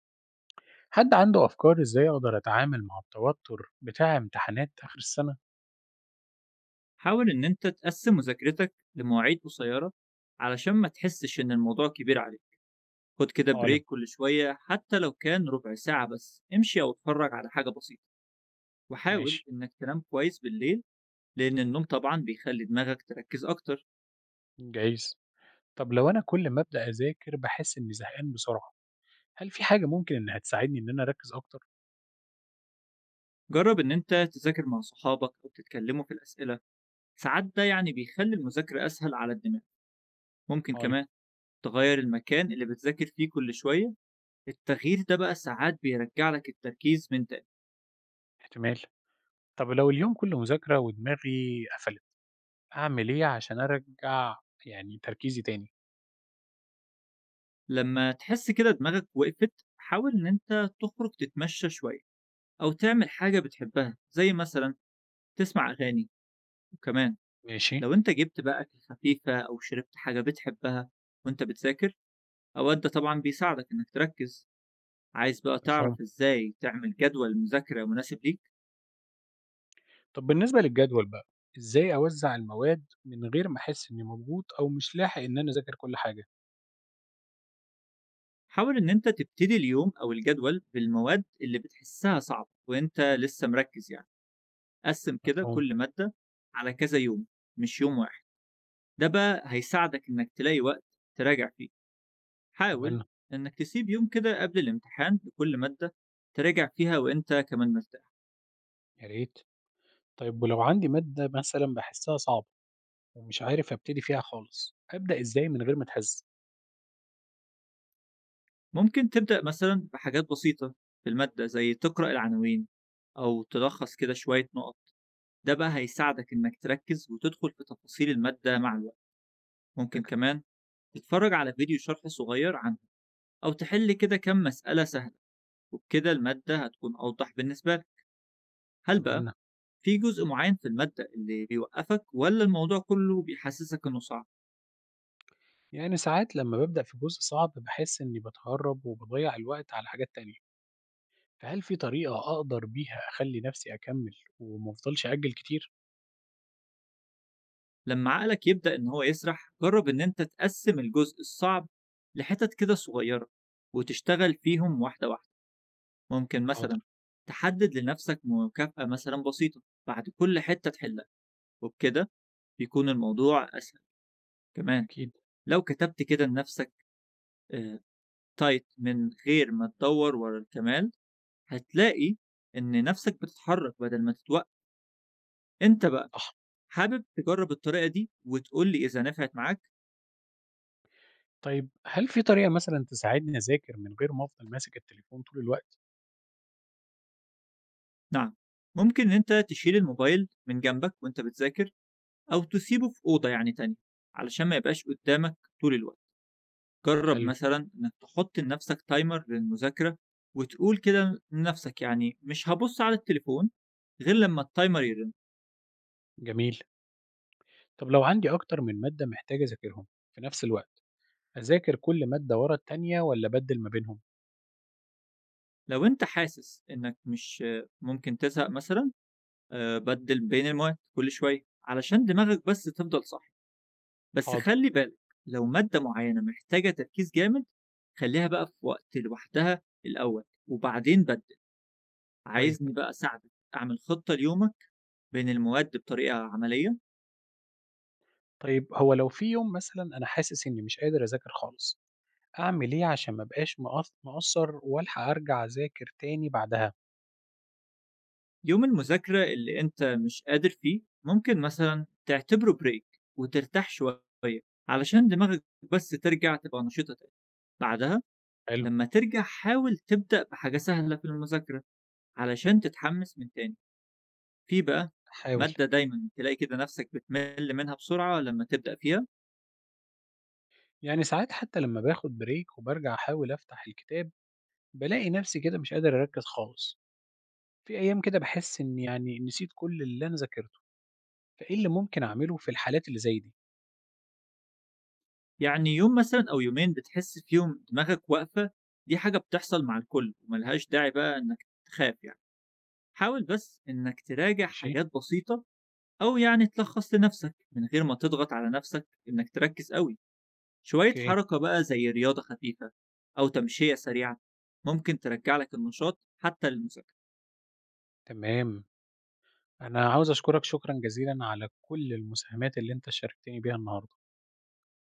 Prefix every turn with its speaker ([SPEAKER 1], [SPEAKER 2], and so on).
[SPEAKER 1] حد عنده أفكار إزاي أقدر أتعامل مع التوتر بتاع امتحانات آخر السنة؟
[SPEAKER 2] حاول إن أنت تقسم مذاكرتك لمواعيد قصيرة علشان ما تحسش إن الموضوع كبير عليك. خد كده
[SPEAKER 1] عالم.
[SPEAKER 2] بريك كل شوية، حتى لو كان ربع ساعة بس امشي أو اتفرج على حاجة بسيطة. وحاول
[SPEAKER 1] ماشي.
[SPEAKER 2] إنك تنام كويس بالليل، لأن النوم طبعا بيخلي دماغك تركز أكتر.
[SPEAKER 1] جايز. طب لو أنا كل ما أبدأ أذاكر بحس إني زهقان بسرعة، هل في حاجة ممكن إنها تساعدني إن أنا أركز أكتر؟
[SPEAKER 2] جرب إن أنت تذاكر مع صحابك أو تتكلموا في الأسئلة، ساعات ده يعني بيخلي المذاكرة أسهل على الدماغ. ممكن
[SPEAKER 1] عالم.
[SPEAKER 2] كمان تغير المكان اللي بتذاكر فيه كل شوية، التغيير ده بقى ساعات بيرجع لك التركيز. من
[SPEAKER 1] احتمال. طب لو اليوم كله مذاكرة ودماغي قفلت، أعمل إيه عشان أرجع يعني تركيزي تاني؟
[SPEAKER 2] لما تحس كده دماغك وقفت، حاول إن أنت تخرج تتمشى شوية أو تعمل حاجة بتحبها، زي مثلا تسمع أغاني. وكمان
[SPEAKER 1] ماشي.
[SPEAKER 2] لو أنت جبت بقى أكل خفيفة أو شربت حاجة بتحبها وأنت بتذاكر، أوقات ده طبعا بيساعدك إنك تركز. عايز بقى
[SPEAKER 1] مفهوم.
[SPEAKER 2] تعرف إزاي تعمل جدول مذاكرة مناسب ليك؟
[SPEAKER 1] طب بالنسبة للجدول بقى، إزاي أوزع المواد من غير ما أحس إني مضغوط أو مش لاحق إن أنا أذاكر كل حاجة؟
[SPEAKER 2] حاول إن أنت تبتدي اليوم أو الجدول بالمواد اللي بتحسها صعبة وأنت لسه مركز، يعني قسم كده
[SPEAKER 1] مفهوم.
[SPEAKER 2] كل مادة على كذا يوم، مش يوم واحد. ده بقى هيساعدك إنك تلاقي وقت تراجع فيه، حاول
[SPEAKER 1] أتمنى.
[SPEAKER 2] إنك تسيب يوم كده قبل الامتحان لكل مادة تراجع فيها وأنت كمان مرتاح.
[SPEAKER 1] يا ريت. طيب ولو عندي مادة مثلًا باحسها صعبة ومش عارف أبتدي فيها خالص، أبدأ إزاي من غير ما أتهز؟
[SPEAKER 2] ممكن تبدأ مثلا بحاجات بسيطة في المادة، زي تقرأ العناوين أو تلخص كده شوية نقط، ده بقى هيساعدك إنك تركز وتدخل في تفاصيل المادة مع الوقت. ممكن
[SPEAKER 1] فكرة.
[SPEAKER 2] كمان تتفرج على فيديو شرح صغير عنها أو تحل كده كم مسألة سهلة، وبكده المادة هتكون أوضح بالنسبة لك. هل بقى
[SPEAKER 1] أتمنى.
[SPEAKER 2] في جزء معين في المادة اللي بيوقّفك والّا الموضوع كُلّه بيحسّسك إنه صعب؟
[SPEAKER 1] يعني ساعات لمّا بابدأ في جزء صعب باحس إني باتهرب وباضيّع الوقت على حاجات تانية، فهل في طريقة أقدر بيها أخلي نفسي أكمل وما أفضلش أأجل كتير؟
[SPEAKER 2] لمّا عقلك يبدأ إن هو يسرح، جرّب إن أنت تقسّم الجزء الصعب لحِتَت كده صغيّرة وتشتغل فيهم واحدة، واحدة. ممكن
[SPEAKER 1] حاضر.
[SPEAKER 2] مثلًا تحدّد لنَفْسك مكافأة مثلًا بسيطة بعد كل حِتّة تحلّها، وبكده بيكون الموضوع أسهل. كمان
[SPEAKER 1] أكيد.
[SPEAKER 2] لو كتبت كده لنَفْسك آآ tight من غير ما تدوّر ورا الكمال، هتلاقي إن نَفْسك بتتحرّك بدل ما تتوقّف. أنت بقى
[SPEAKER 1] صح.
[SPEAKER 2] حابب تجرب الطريقة دي وتقول لي إذا نفعت معاك؟
[SPEAKER 1] طيب هل في طريقة مثلًا تساعدني أذاكر من غير ما أفضل ماسك التليفون طول الوقت؟
[SPEAKER 2] نعم، ممكن إن أنت تشيل الموبايل من جنبك وأنت بتذاكر، أو تسيبه في أوضة يعني تانية علشان ما يبقاش قدامك طول الوقت. جرب
[SPEAKER 1] حلو.
[SPEAKER 2] مثلا إنك تحط لنفسك تايمر للمذاكرة، وتقول كده لنفسك يعني مش هبص على التليفون غير لما التايمر يرن.
[SPEAKER 1] جميل. طب لو عندي أكتر من مادة محتاج أذاكرهم في نفس الوقت، أذاكر كل مادة ورا التانية والّا أبدل ما بينهم؟
[SPEAKER 2] لو أنت حاسس إنك مش آه، ممكن تزهق مثلا، آه، بدل بين المواد كل شوية علشان دماغك بس تفضل صح. بس
[SPEAKER 1] حاضر.
[SPEAKER 2] خلّي بالك، لو مادة معيّنة محتاجة تركيز جامد، خلّيها بقى في وقت لوحدها الأول، وبعدين بدِّل.
[SPEAKER 1] طيب.
[SPEAKER 2] عايزني بقى أساعدك أعمل خطة ليومك بين المواد بطريقة عملية؟
[SPEAKER 1] طيب هو لو في يوم مثلًا أنا حاسس إني مش قادر أذاكر خالص، أعمل إيه عشان ما أبقاش مقصّر وألحق أرجع أذاكر تاني بعدها؟
[SPEAKER 2] يوم المذاكرة اللي أنت مش قادر فيه، ممكن مثلًا تعتبره break وترتاح شوية، علشان دماغك بس ترجع تبقى نشيطة تاني. بعدها
[SPEAKER 1] حلو.
[SPEAKER 2] لمّا ترجع حاول تبدأ بحاجة سهلة في المذاكرة، علشان تتحمس من تاني. في بقى
[SPEAKER 1] أحاول.
[SPEAKER 2] مادة دايمًا تلاقي كده نفسك بتمل منها بسرعة لمّا تبدأ فيها؟
[SPEAKER 1] يعني ساعات حتى لمّا باخد بريك وبارجع أحاول أفتح الكتاب، بالاقي نفسي كده مش قادر أركّز خالص، في أيام كده باحس إني يعني نسيت كل اللي أنا ذاكرته، فإيه اللي ممكن أعمله في الحالات اللي زي دي؟
[SPEAKER 2] يعني يوم مثلًا أو يومين بتحس فيهم دماغك واقفة، دي حاجة بتحصل مع الكل وما لهاش داعي بقى إنك تخاف يعني. حاول بس إنك تراجع
[SPEAKER 1] ماشي.
[SPEAKER 2] حاجات بسيطة أو يعني تلخّص لنفسك من غير ما تضغط على نفسك إنك تركّز أوي. شوية
[SPEAKER 1] أوكي.
[SPEAKER 2] حركة بقى زي رياضة خفيفة أو تمشية سريعة ممكن ترجّع لك النشاط حتى للمذاكرة.
[SPEAKER 1] تمام. أنا عاوز أشكرك شكرًا جزيلًا على كل المساهمات اللي أنت شاركتني بيها النهارده.